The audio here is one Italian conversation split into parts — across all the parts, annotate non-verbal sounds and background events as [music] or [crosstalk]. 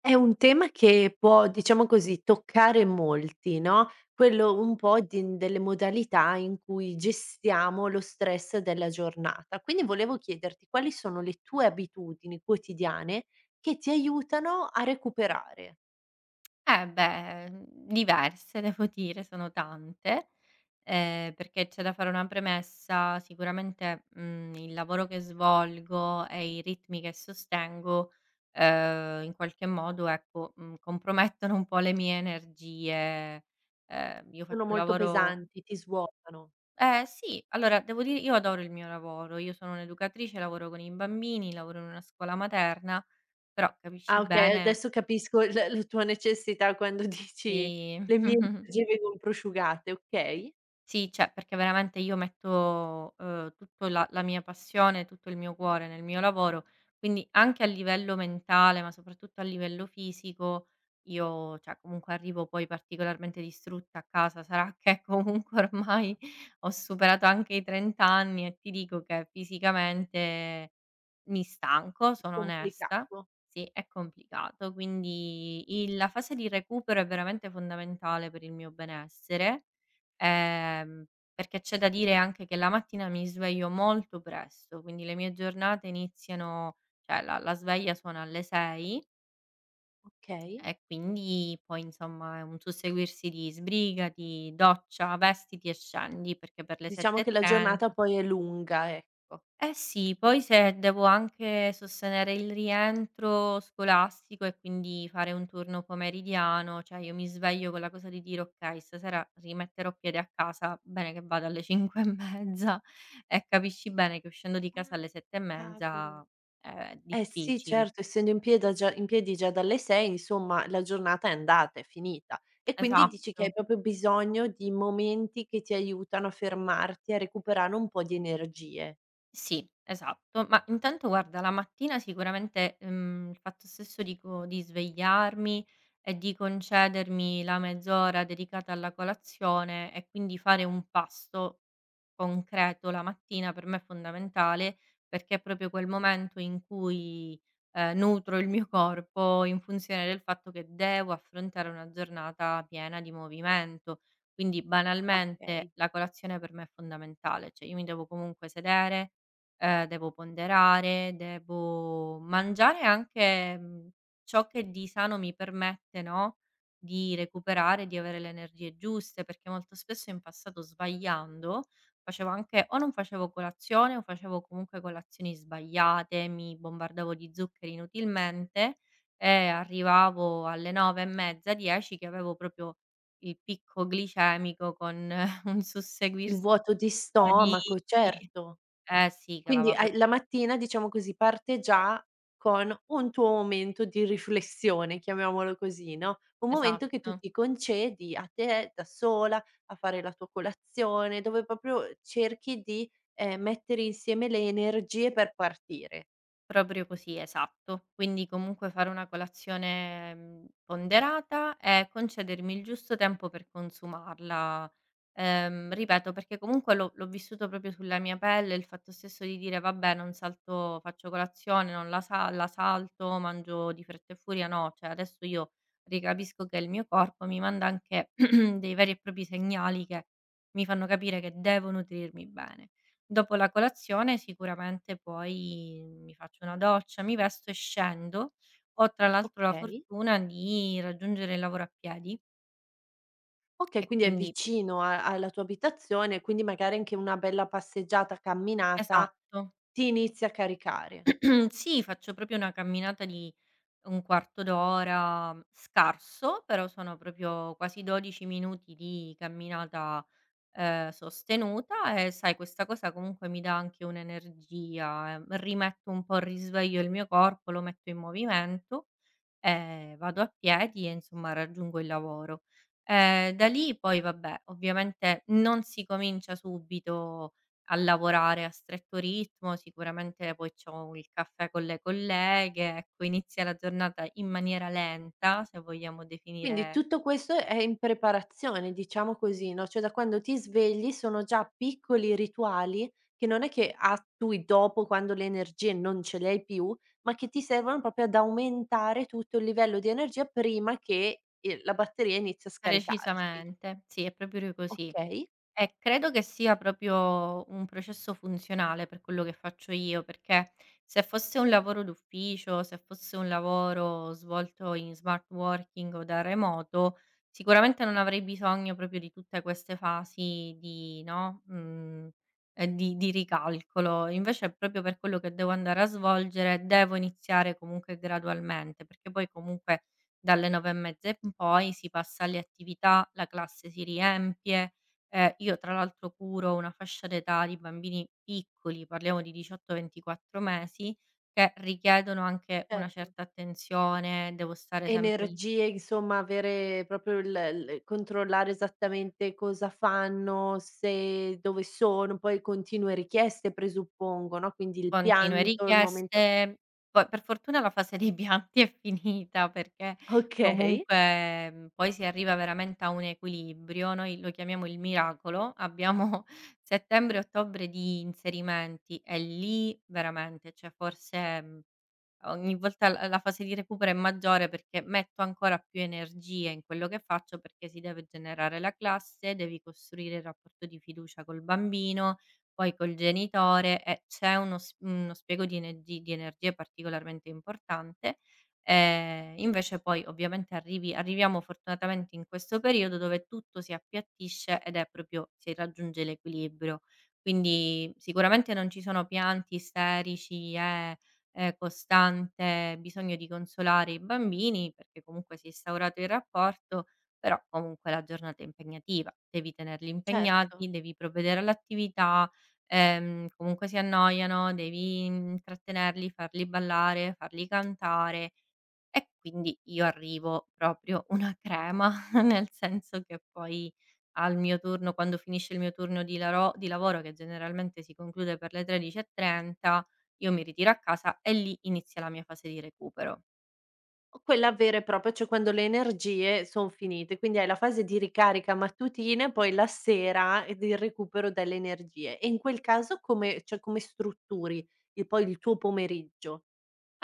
È un tema che può, diciamo così, toccare molti, no, quello un po' di delle modalità in cui gestiamo lo stress della giornata. Quindi volevo chiederti quali sono le tue abitudini quotidiane che ti aiutano a recuperare? Eh beh, diverse devo dire, sono tante, perché c'è da fare una premessa, sicuramente, il lavoro che svolgo e i ritmi che sostengo in qualche modo, ecco, compromettono un po' le mie energie. Io Sono faccio un molto lavoro. pesanti, ti svuotano. Eh sì, allora devo dire, io adoro il mio lavoro, io sono un'educatrice, lavoro con i bambini, lavoro in una scuola materna, però Ah, capisci okay, bene. adesso capisco il la tua necessità quando [laughs] dici: Sì. "Le mie [laughs] energie vengono prosciugate". Okay, Sì, cioè perché veramente io metto, tutto la mia passione, tutto il mio cuore nel mio lavoro, quindi anche a livello mentale, ma soprattutto a livello fisico io cioè comunque arrivo poi particolarmente distrutta a casa. Sarà [laughs] che comunque ormai ho superato anche i 30 anni e ti dico che fisicamente mi stanco, è sono onesta. complicato. Sì, è complicato. Quindi il la fase di recupero è veramente fondamentale per il mio benessere, ehm, perché c'è da dire anche che la mattina mi sveglio molto presto, quindi le mie giornate iniziano, cioè la sveglia suona alle 6 Okay. e quindi poi insomma è un susseguirsi di sbrigati, doccia, vestiti e scendi, perché per le Diciamo che la giornata 7.30... poi è lunga, ecco. Eh sì, poi se devo anche sostenere il rientro scolastico e quindi fare un turno pomeridiano, cioè io mi sveglio con la cosa di dire: "Okay, stasera rimetterò piede a casa, bene che vada alle [laughs] 5 e mezza", e capisci bene che uscendo di casa Ah, alle 7 e cavolo. mezza è Eh sì, difficile. certo, essendo in piedi già dalle 6, insomma, la giornata è andata, è finita. E quindi dici che hai Esatto. proprio bisogno di momenti che ti aiutano a fermarti, a recuperare un po' di energie. Sì, esatto. Ma intanto guarda, la mattina sicuramente, il fatto stesso di svegliarmi e di concedermi la mezz'ora dedicata alla colazione e quindi fare un pasto concreto la mattina per me è fondamentale, perché è proprio quel momento in cui nutro il mio corpo in funzione del fatto che devo affrontare una giornata piena di movimento. Quindi banalmente Okay. la colazione per me è fondamentale, cioè io mi devo comunque sedere, devo ponderare, devo mangiare anche, ciò che di sano mi permette, no, di recuperare, di avere le energie giuste, perché molto spesso in passato, sbagliando, facevo anche o non facevo colazione o facevo comunque colazioni sbagliate, mi bombardavo di zuccheri inutilmente e arrivavo alle 9 e mezza, 10 che avevo proprio il picco glicemico con [laughs] un Il susseguirsi vuoto di di... stomaco, certo. Eh sì, Quindi calava pro... hai la mattina, diciamo così, parte già con un tuo momento di riflessione, chiamiamolo così, no, un momento che tu Esatto. ti concedi a te, da sola, a fare la tua colazione, dove proprio cerchi di, mettere insieme le energie per partire. Proprio così, esatto. Quindi comunque fare una colazione, ponderata, e concedermi il giusto tempo per consumarla. Ripeto, perché comunque l'ho vissuto proprio sulla mia pelle il fatto stesso di dire: "Vabbè, non salto, faccio colazione, non la salto, mangio di fretta e furia". No, cioè adesso io ricapisco che il mio corpo mi manda anche [clears throat] dei veri e propri segnali che mi fanno capire che devo nutrirmi bene. Dopo la colazione sicuramente poi mi faccio una doccia, mi vesto e scendo. Ho tra l'altro la Okay. fortuna di raggiungere il lavoro a piedi, Okay, e quindi è quindi... vicino a alla tua abitazione, quindi magari anche una bella passeggiata, camminata, Esatto. ti inizia a caricare. [clears throat] Sì, faccio proprio una camminata di un quarto d'ora, scarso, però sono proprio quasi 12 minuti di camminata sostenuta, e sai questa cosa comunque mi dà anche un'energia, rimetto un po' al risveglio il mio corpo, lo metto in movimento. Vado a piedi e insomma raggiungo il lavoro. Da lì poi vabbè, ovviamente non si comincia subito a lavorare a stretto ritmo, sicuramente poi c'ho il caffè con le colleghe, ecco, inizia la giornata in maniera lenta, se vogliamo Quindi definire. tutto questo è in preparazione, diciamo così, no, cioè da quando ti svegli sono già piccoli rituali che non è che attui dopo quando le energie non ce le hai più, ma che ti servono proprio ad aumentare tutto il livello di energia prima che, la batteria inizi a scaricarsi. Precisamente. Sì, è proprio così. Okay, Credo che sia proprio un processo funzionale per quello che faccio io, perché se fosse un lavoro d'ufficio, se fosse un lavoro svolto in smart working o da remoto, sicuramente non avrei bisogno proprio di tutte queste fasi di, no, di ricalcolo. Invece proprio per quello che devo andare a svolgere, devo iniziare comunque gradualmente, perché poi comunque dalle 9 e mezza in poi si passa alle attività, la classe si riempie. Io tra l'altro curo una fascia d'età di bambini piccoli, parliamo di 18, 24 mesi, che richiedono anche una certo. certa attenzione, devo stare sempre lì. Energie, insomma avere proprio il l controllare esattamente cosa fanno, se dove sono, poi continue richieste presuppongo, no, quindi il Continue pianto, il momento richieste. Poi per fortuna la fase dei pianti è finita, perché okay, comunque, poi si arriva veramente a un equilibrio. Noi lo chiamiamo il miracolo, abbiamo [laughs] settembre e ottobre di inserimenti e lì veramente, cioè forse Ogni volta l la fase di recupero è maggiore perché metto ancora più energie in quello che faccio, perché si deve generare la classe, devi costruire il rapporto di fiducia col bambino, poi col genitore, e c'è uno spiego di energie particolarmente importante. Invece poi ovviamente arriviamo fortunatamente in questo periodo dove tutto si appiattisce ed è proprio, si raggiunge l'equilibrio. Quindi sicuramente non ci sono pianti isterici e costante bisogno di consolare i bambini, perché comunque si è instaurato il rapporto, però comunque la giornata è impegnativa, devi tenerli certo. impegnati, devi provvedere all'attività, comunque si annoiano, devi intrattenerli, farli ballare, farli cantare, e quindi io arrivo proprio una crema, [laughs] nel senso che poi, al mio turno, quando finisce il mio turno di lavoro, che generalmente si conclude per le 13:30, io mi ritiro a casa e lì inizia la mia fase di recupero. O quella vera e propria, cioè quando le energie son finite, quindi hai la fase di ricarica mattutina e poi la sera e del recupero delle energie. E in quel caso come strutturi il tuo pomeriggio?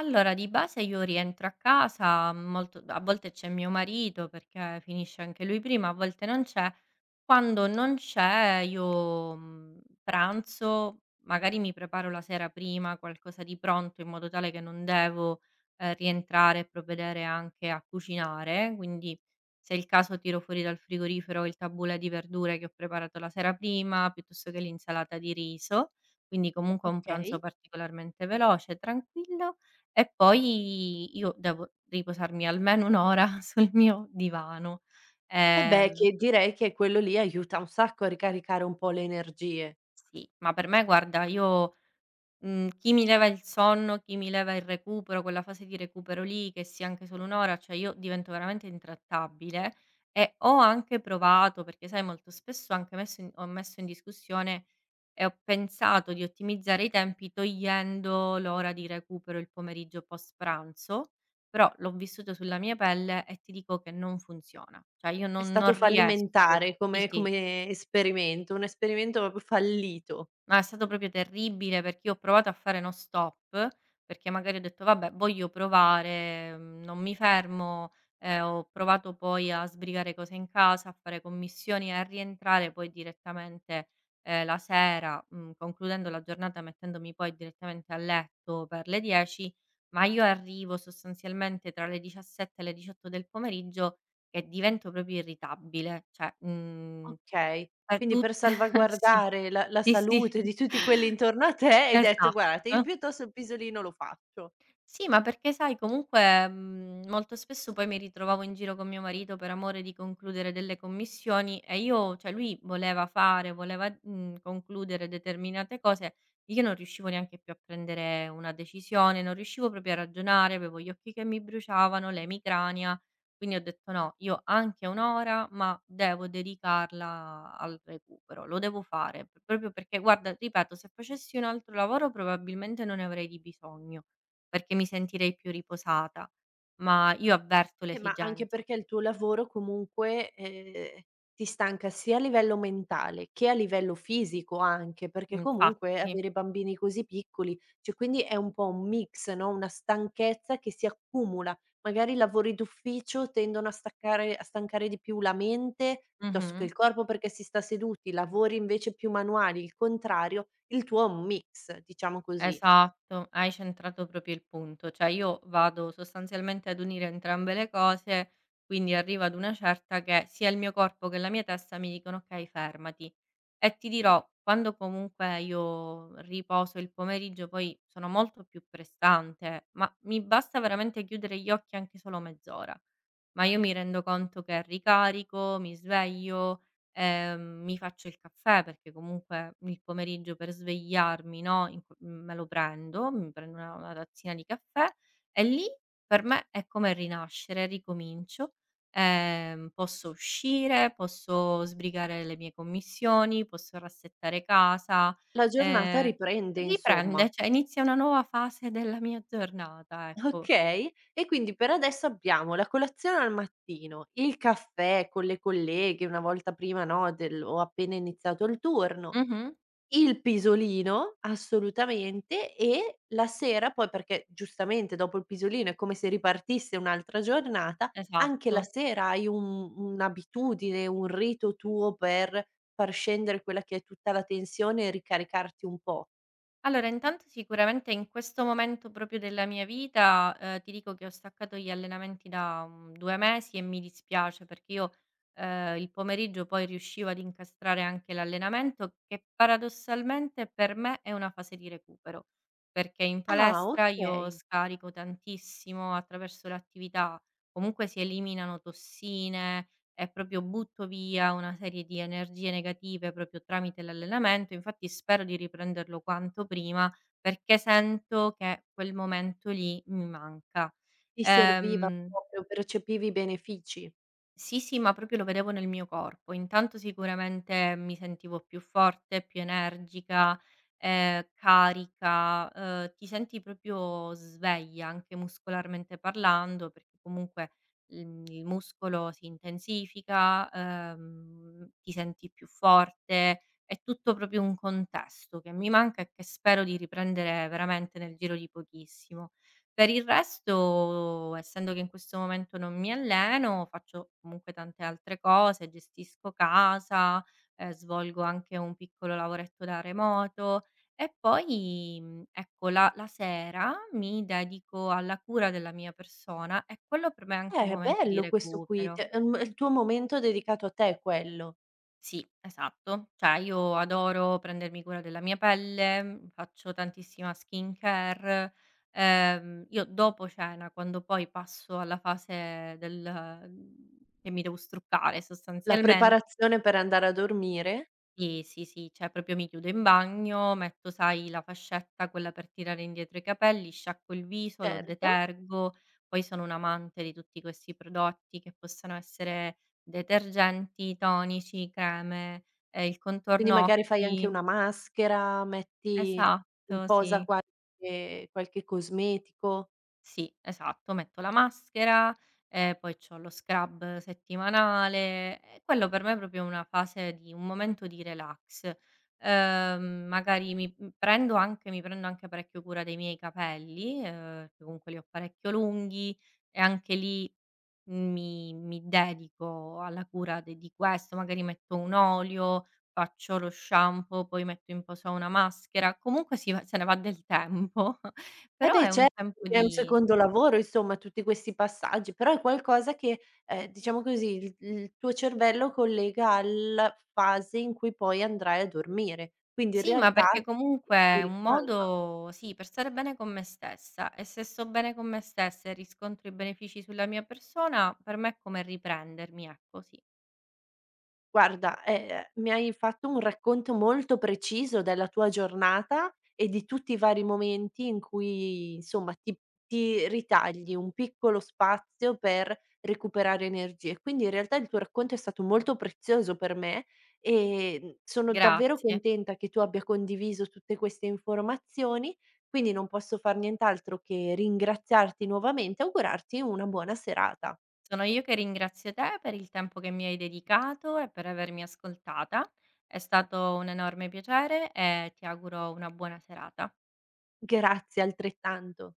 Allora di base io rientro a casa molto, a volte c'è mio marito perché finisce anche lui prima, a volte non c'è. Quando non c'è io, pranzo, magari mi preparo la sera prima qualcosa di pronto in modo tale che non devo rientrare e provvedere anche a cucinare. Quindi se è il caso tiro fuori dal frigorifero il tabulè di verdure che ho preparato la sera prima, piuttosto che l'insalata di riso. Quindi comunque un pranzo Okay. particolarmente veloce, tranquillo, e poi io devo riposarmi almeno 1 ora [laughs] sul mio divano. Eh beh, Ehm, che direi che quello lì aiuta un sacco a ricaricare un po' le energie. sì, ma per me guarda, io... Chi mi leva il sonno, chi mi leva il recupero, quella fase di recupero lì, che sia anche solo 1 ora, cioè io divento veramente intrattabile, e ho anche provato, perché sai molto spesso ho messo in discussione e ho pensato di ottimizzare i tempi togliendo l'ora di recupero il pomeriggio post pranzo, però l'ho vissuto sulla mia pelle e ti dico che non funziona. Cioè io È non stato non riesco. fallimentare Sì, come sì. come esperimento, un esperimento proprio fallito. Ma è stato proprio terribile, perché io ho provato a fare no stop, perché magari ho detto: "Vabbè, voglio provare, non mi fermo". Ho provato poi a sbrigare cose in casa, a fare commissioni e a rientrare poi direttamente, la sera, concludendo la giornata mettendomi poi direttamente a letto per le 10, ma io arrivo sostanzialmente tra le 17 e le 18 del pomeriggio che divento proprio irritabile, cioè, Okay, per quindi tu per [laughs] sì, salvaguardare la sì, sì. salute di tutti quelli intorno a te hai detto: Esatto. "Guardate, io piuttosto il pisolino lo faccio". Sì, ma perché sai comunque, molto spesso poi mi ritrovavo in giro con mio marito per amore di concludere delle commissioni, e io, cioè lui voleva fare, voleva, concludere determinate cose, io non riuscivo neanche più a prendere una decisione, non riuscivo proprio a ragionare, avevo gli occhi che mi bruciavano, l'emicrania. Quindi ho detto: "No, io anche 1 ora, ma devo dedicarla al recupero, lo devo fare", p proprio perché guarda, ripeto, se facessi un altro lavoro probabilmente non ne avrei di bisogno, perché mi sentirei più riposata, ma io avverto Ma anche l'esigenza. perché il tuo lavoro comunque, ti stanca sia a livello mentale che a livello fisico anche, perché comunque Infatti. avere bambini così piccoli, cioè quindi è un po' un mix, no, una stanchezza che si accumula. Magari i lavori d'ufficio tendono a staccare a stancare di più la mente piuttosto che Mh-mh. il corpo perché si sta seduti, lavori invece più manuali, il contrario, il tuo è un mix, diciamo così. Esatto, hai centrato proprio il punto. Cioè io vado sostanzialmente ad unire entrambe le cose, quindi arrivo ad una certa che sia il mio corpo che la mia testa mi dicono: "Okay, fermati". E ti dirò, quando comunque io riposo il pomeriggio poi sono molto più prestante, ma mi basta veramente chiudere gli occhi anche solo mezz'ora. Ma io mi rendo conto che ricarico, mi sveglio, mi faccio il caffè perché comunque il pomeriggio per svegliarmi, no, me lo prendo, mi prendo una tazzina di caffè, e lì per me è come rinascere, ricomincio. Posso uscire, posso sbrigare le mie commissioni, posso rassettare casa. La giornata Eh, riprende insomma. riprende, cioè inizia una nuova fase della mia giornata, ecco. Okay, e quindi per adesso abbiamo la colazione al mattino, il caffè con le colleghe una volta prima, no, del ho appena iniziato il turno, Mhm. il pisolino assolutamente e la sera poi perché giustamente dopo il pisolino è come se ripartisse un'altra giornata, anche la Esatto. sera hai un'abitudine, un rito tuo per far scendere quella che è tutta la tensione e ricaricarti un po'. Allora, intanto sicuramente in questo momento proprio della mia vita, ti dico che ho staccato gli allenamenti da, 2 mesi, e mi dispiace perché io, il pomeriggio poi riuscivo ad incastrare anche l'allenamento, che paradossalmente per me è una fase di recupero, perché in Ah, palestra io okay, scarico tantissimo attraverso l'attività, comunque si eliminano tossine, e proprio butto via una serie di energie negative proprio tramite l'allenamento. Infatti spero di riprenderlo quanto prima, perché sento che quel momento lì mi manca. ti serviva Ehm proprio, percepivi i benefici. sì, sì, ma proprio lo vedevo nel mio corpo. Intanto sicuramente mi sentivo più forte, più energica, carica, ti senti proprio sveglia anche muscolarmente parlando, perché comunque, il muscolo si intensifica, ti senti più forte, è tutto proprio un contesto che mi manca e che spero di riprendere veramente nel giro di pochissimo. Per il resto, essendo che in questo momento non mi alleno, faccio comunque tante altre cose, gestisco casa, svolgo anche un piccolo lavoretto da remoto, e poi, ecco, la sera mi dedico alla cura della mia persona e quello per me è anche un È momento di bello questo qui, recupero. t è il tuo momento dedicato a te quello. Sì, esatto. Cioè io adoro prendermi cura della mia pelle, faccio tantissima skincare. Io dopo cena, quando poi passo alla fase del, mhmm, che mi devo struccare La sostanzialmente, preparazione per andare a dormire, sì, sì, sì, cioè proprio mi chiudo in bagno, metto sai la fascetta quella per tirare indietro i capelli, sciacquo il viso, lo certo, detergo, poi sono un'amante di tutti questi prodotti che possano essere detergenti, tonici, creme, il quindi contorno magari fai anche occhi. una maschera, metti in Esatto, posa sì. qualche cosmetico. Sì, esatto, metto la maschera, poi c'ho lo scrub settimanale, e quello per me è proprio una fase di un momento di relax. Magari mi prendo anche parecchio cura dei miei capelli, che comunque li ho parecchio lunghi, e anche lì, mi dedico alla cura de di questo, magari metto un olio, faccio lo shampoo, poi metto in posa una maschera, comunque si va se ne va del tempo, [laughs] Eh però beh è un certo, tempo perché è un di... secondo lavoro insomma tutti questi passaggi, però è qualcosa che, diciamo così, il tuo cervello collega alla fase in cui poi andrai a dormire, quindi in Sì, ma realtà perché ti comunque ti è un ricalma. modo, sì, per stare bene con me stessa, e se sto bene con me stessa e riscontro i benefici sulla mia persona, per me è come riprendermi, ecco, sì. Guarda, mi hai fatto un racconto molto preciso della tua giornata e di tutti i vari momenti in cui, insomma, ti ritagli un piccolo spazio per recuperare energie. Quindi, in realtà, il tuo racconto è stato molto prezioso per me e, sono davvero Grazie. contenta che tu abbia condiviso tutte queste informazioni, quindi non posso far nient'altro che ringraziarti nuovamente e augurarti una buona serata. Sono io che ringrazio te per il tempo che mi hai dedicato e per avermi ascoltata. È stato un enorme piacere e ti auguro una buona serata. Grazie altrettanto.